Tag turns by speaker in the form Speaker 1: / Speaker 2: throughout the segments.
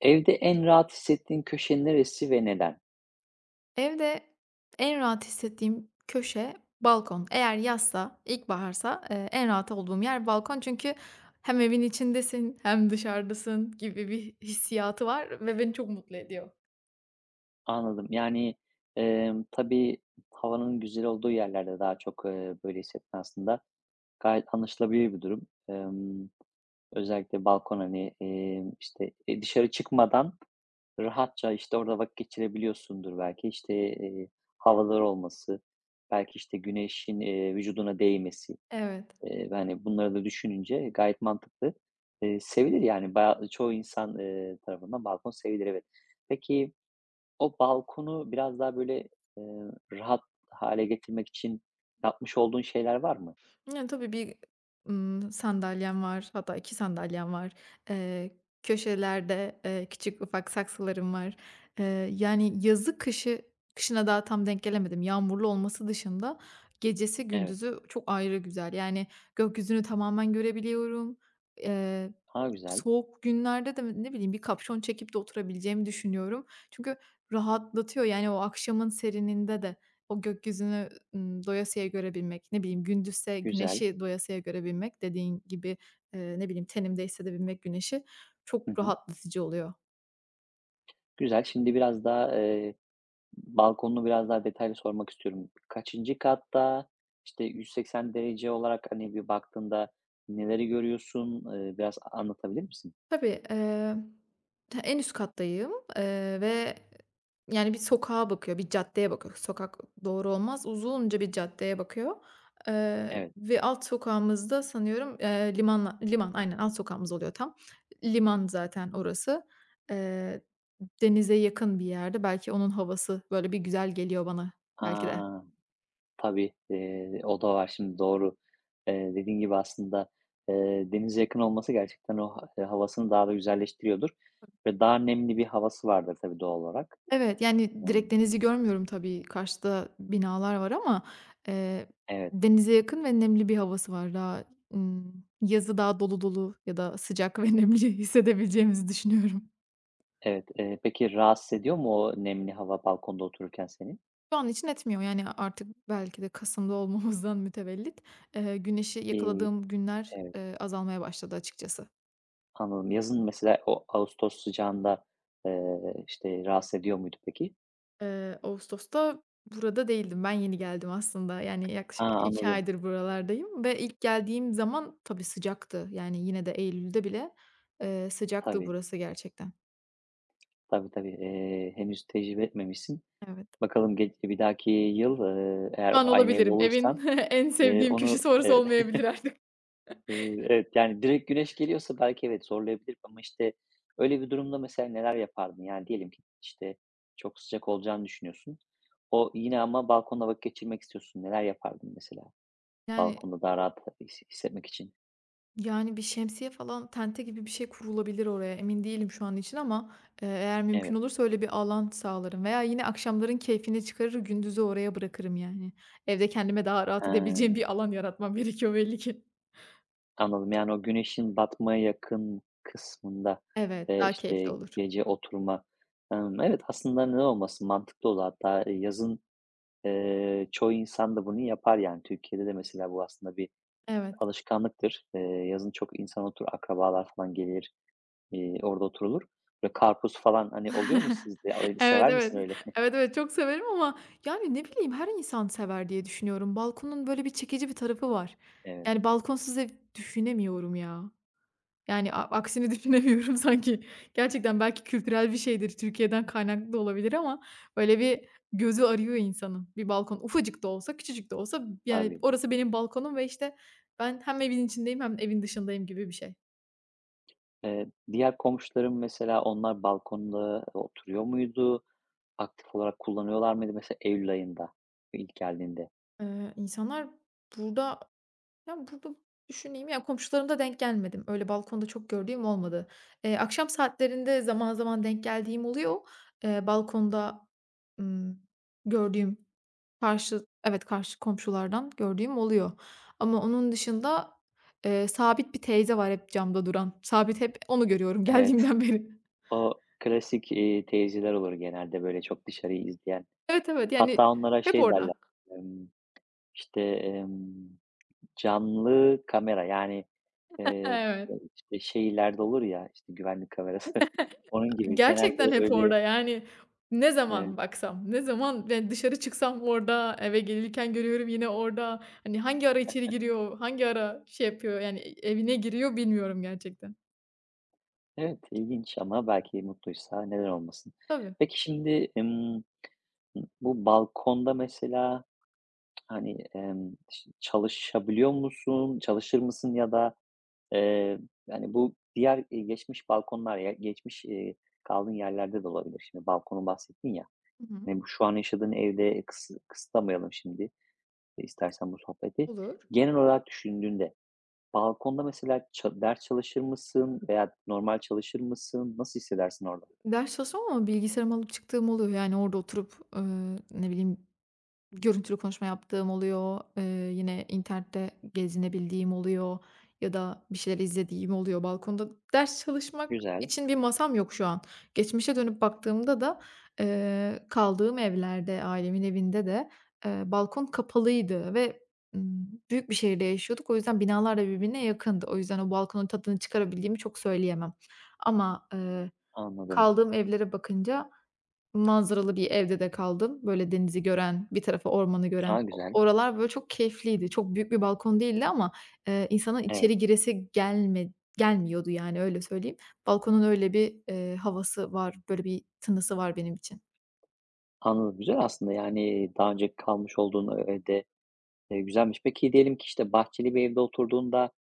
Speaker 1: Evde en rahat hissettiğin köşe neresi ve neden?
Speaker 2: Evde en rahat hissettiğim köşe balkon. Eğer yazsa, ilkbaharsa, en rahat olduğum yer balkon. Çünkü hem evin içindesin hem dışarıdasın gibi bir hissiyatı var ve beni çok mutlu ediyor.
Speaker 1: Anladım. Yani, tabii havanın güzel olduğu yerlerde daha çok, böyle hissetmen aslında gayet anlaşılabilir bir durum. Emm, Özellikle balkon, hani, dışarı çıkmadan rahatça, işte, orada vakit geçirebiliyorsundur belki. İşte, havalar olması, belki, işte, güneşin, vücuduna değmesi.
Speaker 2: Evet.
Speaker 1: Yani, bunları da düşününce gayet mantıklı. Sevilir yani baya çoğu insan, tarafından balkon sevilir, evet. Peki o balkonu biraz daha, böyle, eee, rahat hale getirmek için yapmış olduğun şeyler var mı?
Speaker 2: Yani, tabii bir, sandalyem var, hatta 2 sandalyem var. Eee, köşelerde, küçük ufak saksılarım var. Eee, Yani, yazı kışı, kışına daha tam denk gelemedim. Yağmurlu olması dışında gecesi
Speaker 1: Evet.
Speaker 2: gündüzü çok ayrı güzel. Yani, gökyüzünü tamamen görebiliyorum. Eee,
Speaker 1: Ha güzel,
Speaker 2: Soğuk günlerde de ne bileyim bir kapşon çekip de oturabileceğimi düşünüyorum. Çünkü rahatlatıyor, yani, o akşamın serininde de. O gökyüzünü, doyasıya görebilmek, ne bileyim, gündüzse
Speaker 1: güzel.
Speaker 2: güneşi doyasıya görebilmek, dediğin gibi, ne bileyim, tenimde hissedebilmek güneşi
Speaker 1: Hı
Speaker 2: çok
Speaker 1: hı.
Speaker 2: rahatlatıcı oluyor.
Speaker 1: Güzel. Şimdi biraz daha, balkonunu biraz daha detaylı sormak istiyorum. Kaçıncı katta? İşte, 180 derece olarak, hani, bir baktığında neleri görüyorsun? Biraz anlatabilir misin?
Speaker 2: Tabii, ta en üst kattayım, ve yani bir sokağa bakıyor, bir caddeye bakıyor. Sokak doğru olmaz. Uzunca bir caddeye bakıyor,
Speaker 1: Evet.
Speaker 2: ve alt sokağımızda sanıyorum, liman aynen alt sokağımız oluyor tam. Liman zaten orası. Eee, Denize yakın bir yerde. Belki onun havası böyle bir güzel geliyor bana belki de.
Speaker 1: A! Tabii, o da var şimdi doğru. Dediğin gibi aslında, denize yakın olması gerçekten o ha havasını daha da güzelleştiriyordur ve daha nemli bir havası vardır tabii doğal olarak.
Speaker 2: Evet, yani,
Speaker 1: Imm,
Speaker 2: direkt denizi görmüyorum tabii, karşıda binalar var ama, eee,
Speaker 1: evet,
Speaker 2: denize yakın ve nemli bir havası var. Daha, yazı daha dolu dolu ya da sıcak ve nemli hissedebileceğimizi düşünüyorum.
Speaker 1: evet. Peki rahatsız ediyor mu o nemli hava balkonda otururken seni?
Speaker 2: Şu an için etmiyor, yani, artık belki de kasımda olmamızdan mütevellit, güneşi
Speaker 1: İii,
Speaker 2: yakaladığım günler,
Speaker 1: evet,
Speaker 2: azalmaya başladı açıkçası.
Speaker 1: anladım. Yazın mesela o ağustos sıcağında, işte, rahatsız ediyor muydu peki?
Speaker 2: Ağustos'ta burada değildim. Ben yeni geldim aslında. Yani
Speaker 1: Ha,
Speaker 2: yaklaşık 2
Speaker 1: anladım.
Speaker 2: aydır buralardayım ve ilk geldiğim zaman tabii sıcaktı. Yani yine de eylülde bile, sıcaktı
Speaker 1: Tabii,
Speaker 2: burası gerçekten.
Speaker 1: tabii, tabii. Henüz tecrübe etmemişsin.
Speaker 2: Evet.
Speaker 1: Bakalım bir dahaki yıl, eğer
Speaker 2: Pişman
Speaker 1: aynı evde
Speaker 2: olabilirim. Evin
Speaker 1: olursam,
Speaker 2: en sevdiğim
Speaker 1: onu
Speaker 2: köşesi orası
Speaker 1: evet,
Speaker 2: olmayabilir artık.
Speaker 1: evet, yani direkt güneş geliyorsa belki evet zorlayabilir ama işte öyle bir durumda mesela neler yapardın? Yani diyelim ki işte çok sıcak olacağını düşünüyorsun. O yine ama balkonda vakit geçirmek istiyorsun. Neler yapardın mesela
Speaker 2: Yani
Speaker 1: balkonda daha rahat hissetmek için?
Speaker 2: Yani bir şemsiye falan, tente gibi bir şey kurulabilir oraya. Emin değilim şu an için ama, eğer mümkün
Speaker 1: Evet.
Speaker 2: olursa öyle bir alan sağlarım veya yine akşamların keyfini çıkarır, gündüzü oraya bırakırım yani. Evde kendime daha rahat edebileceğim
Speaker 1: He.
Speaker 2: bir alan yaratmam gerekiyor belli ki.
Speaker 1: Anladım. Yani, o güneşin batmaya yakın kısmında,
Speaker 2: Evet, daha keyifli
Speaker 1: işte,
Speaker 2: olur.
Speaker 1: gece oturma. Evet, aslında ne olmasın, mantıklı olur. Hatta, yazın, çoğu insan da bunu yapar, yani. Türkiye'de de mesela bu aslında bir
Speaker 2: Evet.
Speaker 1: alışkanlıktır. Yazın çok insan akrabalar falan gelir, orada oturulur. Böyle karpuz falan, hani, oluyor mu sizde? Öyle
Speaker 2: Evet,
Speaker 1: sever
Speaker 2: evet.
Speaker 1: misin öyle?
Speaker 2: Evet, evet, çok severim ama yani ne bileyim her insan sever diye düşünüyorum. Balkonun böyle bir çekici bir tarafı var.
Speaker 1: Evet,
Speaker 2: Yani balkonsuz ev düşünemiyorum ya. Yani, aksini düşünemiyorum sanki. Gerçekten belki kültürel bir şeydir, Türkiye'den kaynaklı da olabilir ama böyle bir gözü arıyor insanın. Bir balkon ufacık da olsa, küçücük de olsa, yani,
Speaker 1: tabii.
Speaker 2: orası benim balkonum ve, işte, ben hem evin içindeyim hem evin dışındayım gibi bir şey.
Speaker 1: Diğer komşuların mesela onlar balkonda oturuyor muydu? Aktif olarak kullanıyorlar mıydı mesela eylül ayında ilk geldiğinde?
Speaker 2: İnsanlar burada, ya, burada düşüneyim, ya, komşularımda denk gelmedim. Öyle balkonda çok gördüğüm olmadı. Akşam saatlerinde zaman zaman denk geldiğim oluyor. Balkonda, ımm, gördüğüm. Evet, karşı komşulardan gördüğüm oluyor ama onun dışında, sabit bir teyze var hep camda duran. Sabit hep onu görüyorum
Speaker 1: Evet,
Speaker 2: geldiğimden beri.
Speaker 1: o klasik, teyzeler olur genelde böyle çok dışarıyı izleyen.
Speaker 2: Evet, evet, yani
Speaker 1: Hatta onlara
Speaker 2: hep
Speaker 1: şey derler,
Speaker 2: orada.
Speaker 1: emm, işte, emm, canlı kamera yani, eee,
Speaker 2: Evet.
Speaker 1: işte şeylerde olur ya, işte güvenlik kamerası onun gibi genelde
Speaker 2: Gerçekten hep
Speaker 1: öyle.
Speaker 2: orada yani ne
Speaker 1: Evet,
Speaker 2: zaman baksam, ne zaman ben dışarı çıksam orada, eve gelirken görüyorum yine orada. Hani hangi ara içeri giriyor, hangi ara şey yapıyor yani evine giriyor bilmiyorum gerçekten.
Speaker 1: evet ilginç ama belki mutluysa neden olmasın.
Speaker 2: Tabii.
Speaker 1: Peki şimdi, bu balkonda mesela hani, ş çalışabiliyor musun, çalışır mısın ya da, eee, yani, bu diğer, geçmiş balkonlar ya geçmiş, kaldığın yerlerde de olabilir. Şimdi balkonu bahsettin ya,
Speaker 2: Hı hı.
Speaker 1: hani, bu şu an yaşadığın evde kısıtlamayalım şimdi, istersen bu sohbeti.
Speaker 2: Olur.
Speaker 1: Genel olarak düşündüğünde balkonda mesela ders çalışır mısın veya normal çalışır mısın? Nasıl hissedersin orada?
Speaker 2: Ders çalışmam ama bilgisayarımı alıp çıktığım oluyor. Yani orada oturup, ne bileyim, görüntülü konuşma yaptığım oluyor. Yine internette gezinebildiğim oluyor ya da bir şeyler izlediğim oluyor balkonda. Ders çalışmak
Speaker 1: Güzel,
Speaker 2: için bir masam yok şu an. Geçmişe dönüp baktığımda da, kaldığım evlerde, ailemin evinde de, balkon kapalıydı ve, büyük bir şehirde yaşıyorduk. O yüzden binalar da birbirine yakındı. O yüzden o balkonun tadını çıkarabildiğimi çok söyleyemem ama,
Speaker 1: anladım.
Speaker 2: kaldığım evlere bakınca manzaralı bir evde de kaldım. Böyle denizi gören, bir tarafı ormanı gören.
Speaker 1: A,
Speaker 2: O
Speaker 1: güzel.
Speaker 2: oralar böyle çok keyifliydi. Çok büyük bir balkon değildi ama, insanın
Speaker 1: Evet,
Speaker 2: içeri giresi gelmiyordu yani öyle söyleyeyim. Balkonun öyle bir, havası var, böyle bir tınısı var benim için.
Speaker 1: anladım. Güzel aslında, yani, daha önce kalmış olduğun evde güzelmiş. Peki diyelim ki, işte, bahçeli bir evde oturduğunda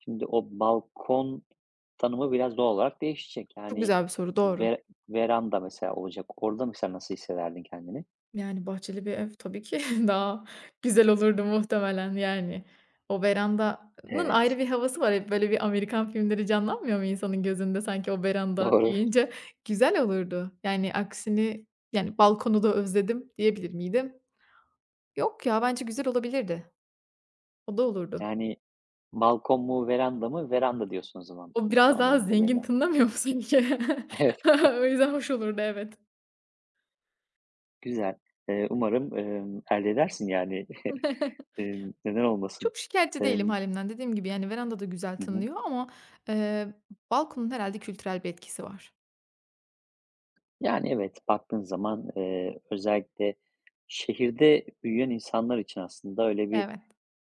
Speaker 1: şimdi o balkon tanımı biraz doğal olarak değişecek.
Speaker 2: Çok
Speaker 1: Yani
Speaker 2: güzel bir soru, doğru.
Speaker 1: ve veranda mesela olacak. Orada mesela nasıl hissederdin kendini?
Speaker 2: Yani, bahçeli bir ev tabii ki daha güzel olurdu muhtemelen, yani. O verandanın ayrı
Speaker 1: Evet,
Speaker 2: bir havası var. Hep böyle bir Amerikan filmleri canlanmıyor mu insanın gözünde sanki o veranda
Speaker 1: doğru.
Speaker 2: deyince? Güzel olurdu. Yani, aksini, yani, balkonu da özledim diyebilir miydim? Yok ya, bence güzel olabilirdi. O da olurdu.
Speaker 1: Yani balkon mu veranda mı? Veranda diyorsun o zaman
Speaker 2: O biraz daha
Speaker 1: anladığım
Speaker 2: zengin
Speaker 1: kadarıyla.
Speaker 2: tınlamıyor mu sanki?
Speaker 1: Evet,
Speaker 2: O yüzden hoş olurdu, evet.
Speaker 1: güzel. Umarım, elde edersin yani. Neden olmasın?
Speaker 2: Çok şikayetçi değilim
Speaker 1: Emm
Speaker 2: halimden. Dediğim gibi, yani, veranda da güzel
Speaker 1: Hı hı.
Speaker 2: tınlıyor ama, eee, balkonun herhâlde kültürel bir etkisi var.
Speaker 1: Yani, evet, baktığın zaman, özellikle şehirde büyüyen insanlar için aslında öyle bir
Speaker 2: Evet.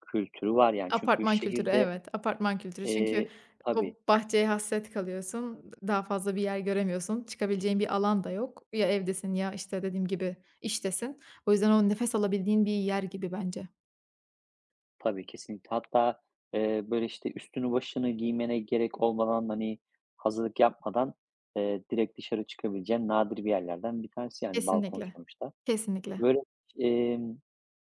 Speaker 1: kültürü var, yani. Çünkü
Speaker 2: Apartman kültürü,
Speaker 1: şehirde,
Speaker 2: evet. Apartman kültürü. Çünkü
Speaker 1: eee tabii,
Speaker 2: o bahçeye hasret kalıyorsun. Daha fazla bir yer göremiyorsun. Çıkabileceğin bir alan da yok. Ya evdesin ya, işte, dediğim gibi, iştesin. O yüzden o nefes alabildiğin bir yer gibi bence.
Speaker 1: tabii, kesinlikle. Hatta, böyle, işte, üstünü başını giymene gerek olmadan, hani, hazırlık yapmadan, direkt dışarı çıkabileceğin nadir bir yerlerden bir tanesi, yani, balkon
Speaker 2: Kesinlikle.
Speaker 1: sonuçta.
Speaker 2: Kesinlikle.
Speaker 1: Böyle,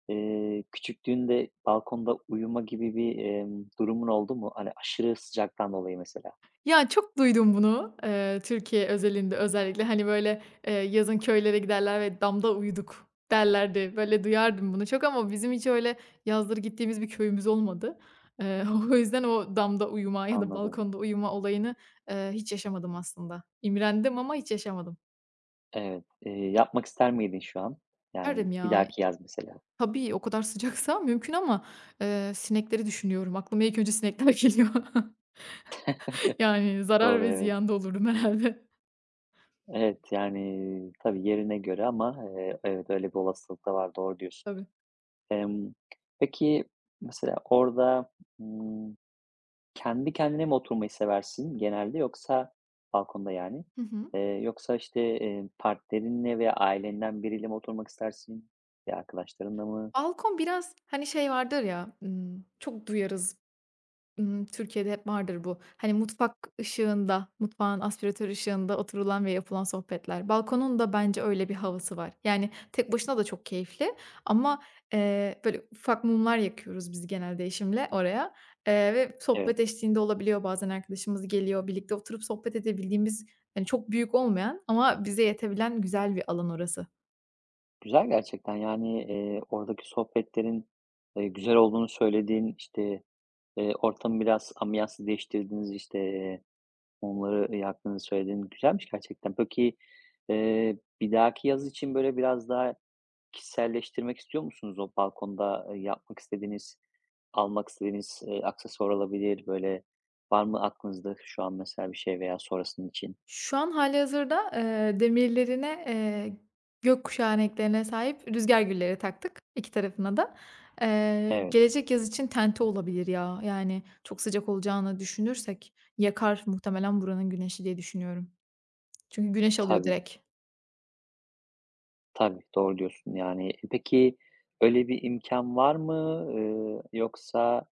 Speaker 1: Küçüklüğünde balkonda uyuma gibi bir, durumun oldu mu? Hani, aşırı sıcaktan dolayı mesela.
Speaker 2: Ya, çok duydum bunu, Türkiye özelinde özellikle. Hani, böyle, yazın köylere giderler ve "damda uyuduk" derlerdi. Böyle, duyardım bunu çok ama bizim hiç öyle yazları gittiğimiz bir köyümüz olmadı. Eee, O yüzden o damda uyuma ya da
Speaker 1: Anladım.
Speaker 2: balkonda uyuma olayını, hiç yaşamadım aslında. İmrendim ama hiç yaşamadım.
Speaker 1: Evet. Yapmak ister miydin şu an? Yani,
Speaker 2: Derdim
Speaker 1: bir
Speaker 2: ya.
Speaker 1: dahaki yaz mesela.
Speaker 2: Tabii, o kadar sıcaksa mümkün ama, sinekleri düşünüyorum. Aklıma ilk önce sinekler geliyor. Yani zarar
Speaker 1: Doğru,
Speaker 2: ve
Speaker 1: evet.
Speaker 2: ziyanda olurdum herhâlde.
Speaker 1: Evet, yani, tabii yerine göre ama, evet, öyle bir olasılık da var, doğru diyorsun.
Speaker 2: Tabii.
Speaker 1: Emm, peki, mesela orada, ımm kendi kendine mi oturmayı seversin genelde yoksa balkonda yani,
Speaker 2: Hı hı.
Speaker 1: yoksa, işte, partnerinle veya ailenden biriyle mi oturmak istersin ya arkadaşlarınla mı?
Speaker 2: Balkon biraz, hani, şey vardır ya, çok duyarız. Türkiye'de hep vardır bu. Hani, mutfak ışığında, mutfağın aspiratör ışığında oturulan ve yapılan sohbetler. Balkonun da bence öyle bir havası var. Yani, tek başına da çok keyifli ama, böyle, ufak mumlar yakıyoruz biz genelde eşimle oraya, ve
Speaker 1: Evet,
Speaker 2: sohbet eşliğinde olabiliyor. Bazen arkadaşımız geliyor, birlikte oturup sohbet edebildiğimiz, hani, çok büyük olmayan ama bize yetebilen güzel bir alan orası.
Speaker 1: güzel gerçekten. Yani, oradaki sohbetlerin, güzel olduğunu söylediğin, işte, ortamı biraz ambiyansı değiştirdiğiniz, işte, mumları yaktığını söylediğin güzelmiş gerçekten. Peki, bir dahaki yaz için, böyle, biraz daha kişiselleştirmek istiyor musunuz o balkonda, yapmak istediğiniz, almak istediğiniz, aksesuar olabilir, böyle, var mı aklınızda şu an mesela bir şey veya sonrasının için?
Speaker 2: Şu an hâlihazırda, demirlerine, gökkuşağı renklerine sahip rüzgar gülleri taktık, 2 tarafına da.
Speaker 1: Evet,
Speaker 2: Gelecek yaz için tente olabilir ya. Yani çok sıcak olacağını düşünürsek yakar muhtemelen buranın güneşi diye düşünüyorum. Çünkü güneş alıyor
Speaker 1: tabii,
Speaker 2: direkt.
Speaker 1: tabii, doğru diyorsun. Yani, peki öyle bir imkan var mı, yoksa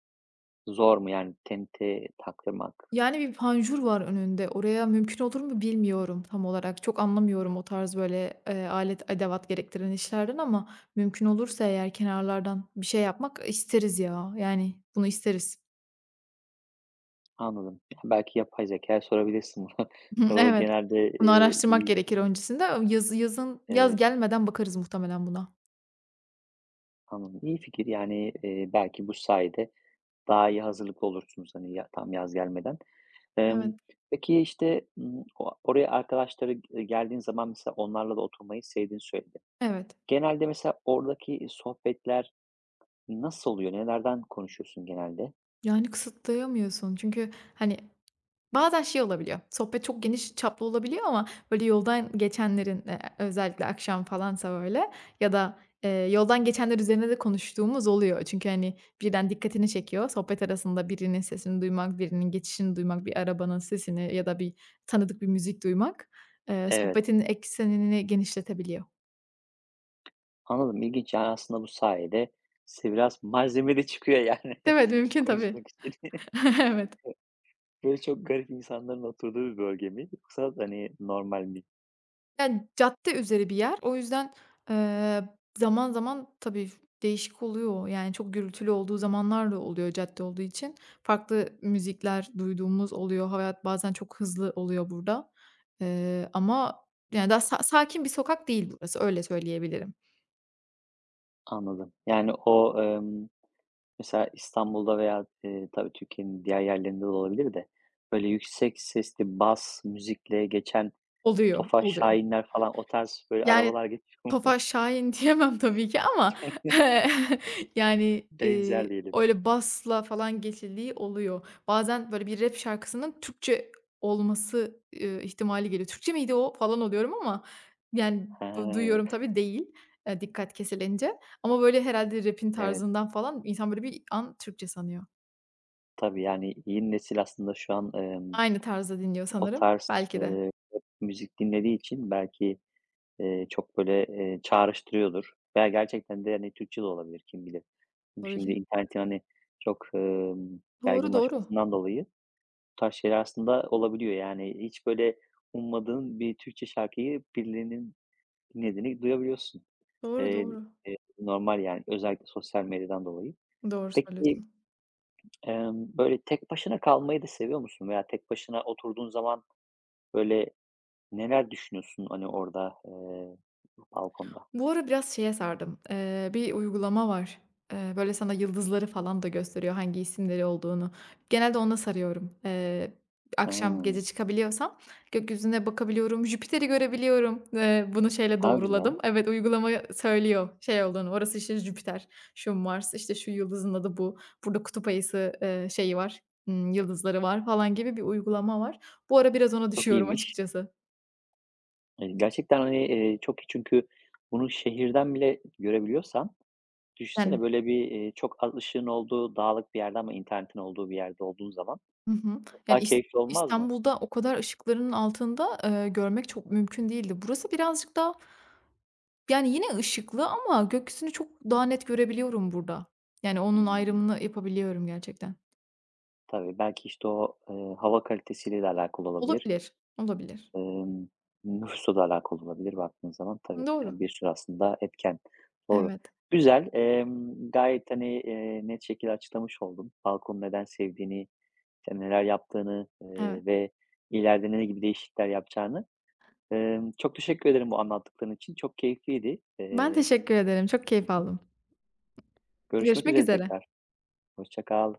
Speaker 1: zor mu, yani, tente taktırmak?
Speaker 2: Yani bir panjur var önünde. Oraya mümkün olur mu bilmiyorum tam olarak. Çok anlamıyorum o tarz böyle, alet edevat gerektiren işlerden ama mümkün olursa eğer kenarlardan bir şey yapmak isteriz ya. Yani bunu isteriz.
Speaker 1: Anladım. Ya, belki yapay zekâya sorabilirsin bunu.
Speaker 2: Hı,
Speaker 1: O
Speaker 2: evet.
Speaker 1: genelde,
Speaker 2: Bunu araştırmak
Speaker 1: iyi
Speaker 2: gerekir öncesinde. Yaz
Speaker 1: Evet,
Speaker 2: gelmeden bakarız muhtemelen buna.
Speaker 1: anladım. İyi fikir, yani, belki bu sayede daha iyi hazırlıklı olursunuz, hani, ya tam yaz gelmeden. Emm,
Speaker 2: Evet.
Speaker 1: peki, işte, o oraya arkadaşları geldiğin zaman mesela onlarla da oturmayı sevdiğini söyledin.
Speaker 2: Evet.
Speaker 1: Genelde mesela oradaki sohbetler nasıl oluyor? Nelerden konuşuyorsun genelde?
Speaker 2: Yani kısıtlayamıyorsun çünkü, hani, bazen şey olabiliyor, sohbet çok geniş çaplı olabiliyor ama böyle yoldan geçenlerin, özellikle akşam falansa böyle ya da, yoldan geçenler üzerine de konuştuğumuz oluyor. Çünkü, hani, birden dikkatini çekiyor. Sohbet arasında birinin sesini duymak, birinin geçişini duymak, bir arabanın sesini ya da bir tanıdık bir müzik duymak,
Speaker 1: Evet,
Speaker 2: sohbetin eksenini genişletebiliyor.
Speaker 1: anladım. İlginç. Yani, aslında bu sayede size biraz malzeme de çıkıyor, yani,
Speaker 2: Evet, mümkün tabii.
Speaker 1: konuşmak için.
Speaker 2: Evet.
Speaker 1: Böyle çok garip insanların oturduğu bir bölge mi yoksa, hani, normal mi?
Speaker 2: Yani, cadde üzeri bir yer. O yüzden, eee, zaman zaman tabii değişik oluyor. Yani, çok gürültülü olduğu zamanlar da oluyor cadde olduğu için. Farklı müzikler duyduğumuz oluyor. Hayat bazen çok hızlı oluyor burada. Ama, yani, daha sakin bir sokak değil burası, öyle söyleyebilirim.
Speaker 1: Anladım. Yani, o, mesela İstanbul'da veya, tabii Türkiye'nin diğer yerlerinde de olabilir de, böyle yüksek sesli bas müzikle geçen
Speaker 2: Oluyor,
Speaker 1: Tofaş
Speaker 2: oluyor.
Speaker 1: Şahinler falan o tarz böyle
Speaker 2: Yani
Speaker 1: arabalar geçiyor mu?
Speaker 2: Tofaş Şahin diyemem tabii ki ama, yani,
Speaker 1: Benzer diyelim.
Speaker 2: öyle basla falan geçildiği oluyor. Bazen böyle bir rap şarkısının Türkçe olması, ihtimali geliyor. "Türkçe miydi o?" falan oluyorum ama yani
Speaker 1: Ha
Speaker 2: duyuyorum tabii değil, dikkat kesilince ama böyle herhalde rap'in
Speaker 1: evet.
Speaker 2: tarzından falan insan böyle bir an Türkçe sanıyor.
Speaker 1: Tabii, yani, yeni nesil aslında şu an,
Speaker 2: Aynı tarzda dinliyor
Speaker 1: o
Speaker 2: sanırım.
Speaker 1: tarz,
Speaker 2: Belki de.
Speaker 1: pop müzik dinlediği için belki, çok böyle, çağrıştırıyordur veya gerçekten de, hani, Türkçe de olabilir kim bilir. Çünkü şimdi
Speaker 2: Öyle.
Speaker 1: internetin, hani, çok,
Speaker 2: Doğru, doğru.
Speaker 1: yaygınlaşmasından dolayı bu tarz şeyler aslında olabiliyor. Yani hiç böyle ummadığın bir Türkçe şarkıyı birilerinin dinlediğini duyabiliyorsun.
Speaker 2: Doğru,
Speaker 1: Eee,
Speaker 2: doğru.
Speaker 1: Normal yani özellikle sosyal medyadan dolayı.
Speaker 2: Doğru
Speaker 1: Peki,
Speaker 2: söylüyorsun.
Speaker 1: böyle tek başına kalmayı da seviyor musun veya tek başına oturduğun zaman böyle neler düşünüyorsun, hani, orada, balkonda?
Speaker 2: Bu ara biraz şeye sardım. Bir uygulama var. Böyle sana yıldızları falan da gösteriyor, hangi isimleri olduğunu. Genelde ona sarıyorum. Akşam, gece
Speaker 1: Hıı.
Speaker 2: çıkabiliyorsam gökyüzüne bakabiliyorum, Jüpiter'i görebiliyorum. Bunu şeyle
Speaker 1: A, güzel.
Speaker 2: doğruladım. Evet, uygulama söylüyor şey olduğunu, orası işte Jüpiter, şu Mars, işte şu yıldızın adı bu, burada kutup ayısı, şeyi var, yıldızları var falan gibi bir uygulama var. Bu ara biraz ona
Speaker 1: Çok
Speaker 2: düşüyorum
Speaker 1: iyiymiş.
Speaker 2: açıkçası.
Speaker 1: Gerçekten, hani, çok iyi çünkü bunu şehirden bile görebiliyorsan düşünsene
Speaker 2: Yani.
Speaker 1: böyle bir, çok az ışığın olduğu, dağlık bir yerde ama internetin olduğu bir yerde olduğun zaman
Speaker 2: Hı hı. Yani,
Speaker 1: daha keyifli olmaz mı?
Speaker 2: İstanbul'da o kadar ışıklarının altında, görmek çok mümkün değildi. Burası birazcık daha, yani, yine ışıklı ama gökyüzünü çok daha net görebiliyorum burada. Yani, onun
Speaker 1: Hımm.
Speaker 2: ayrımını yapabiliyorum gerçekten.
Speaker 1: Tabii, belki, işte, o, hava kalitesiyle de alakalı olabilir.
Speaker 2: Olabilir, olabilir.
Speaker 1: Emm, Nüfusla da alakalı olabilir baktığın zaman tabii.
Speaker 2: Doğru.
Speaker 1: Yani, bir sürü aslında etken. Doğru.
Speaker 2: Evet,
Speaker 1: Güzel, gayet, hani, net şekilde açıklamış oldum balkonu neden sevdiğini, işte, neler yaptığını,
Speaker 2: evet.
Speaker 1: ve ileride ne gibi değişiklikler yapacağını. Çok teşekkür ederim bu anlattıkların için. Çok keyifliydi.
Speaker 2: Ben teşekkür ederim. Çok keyif aldım.
Speaker 1: Görüşmek
Speaker 2: Görüşmek
Speaker 1: üzere
Speaker 2: üzere.
Speaker 1: tekrar. Hoşça kal.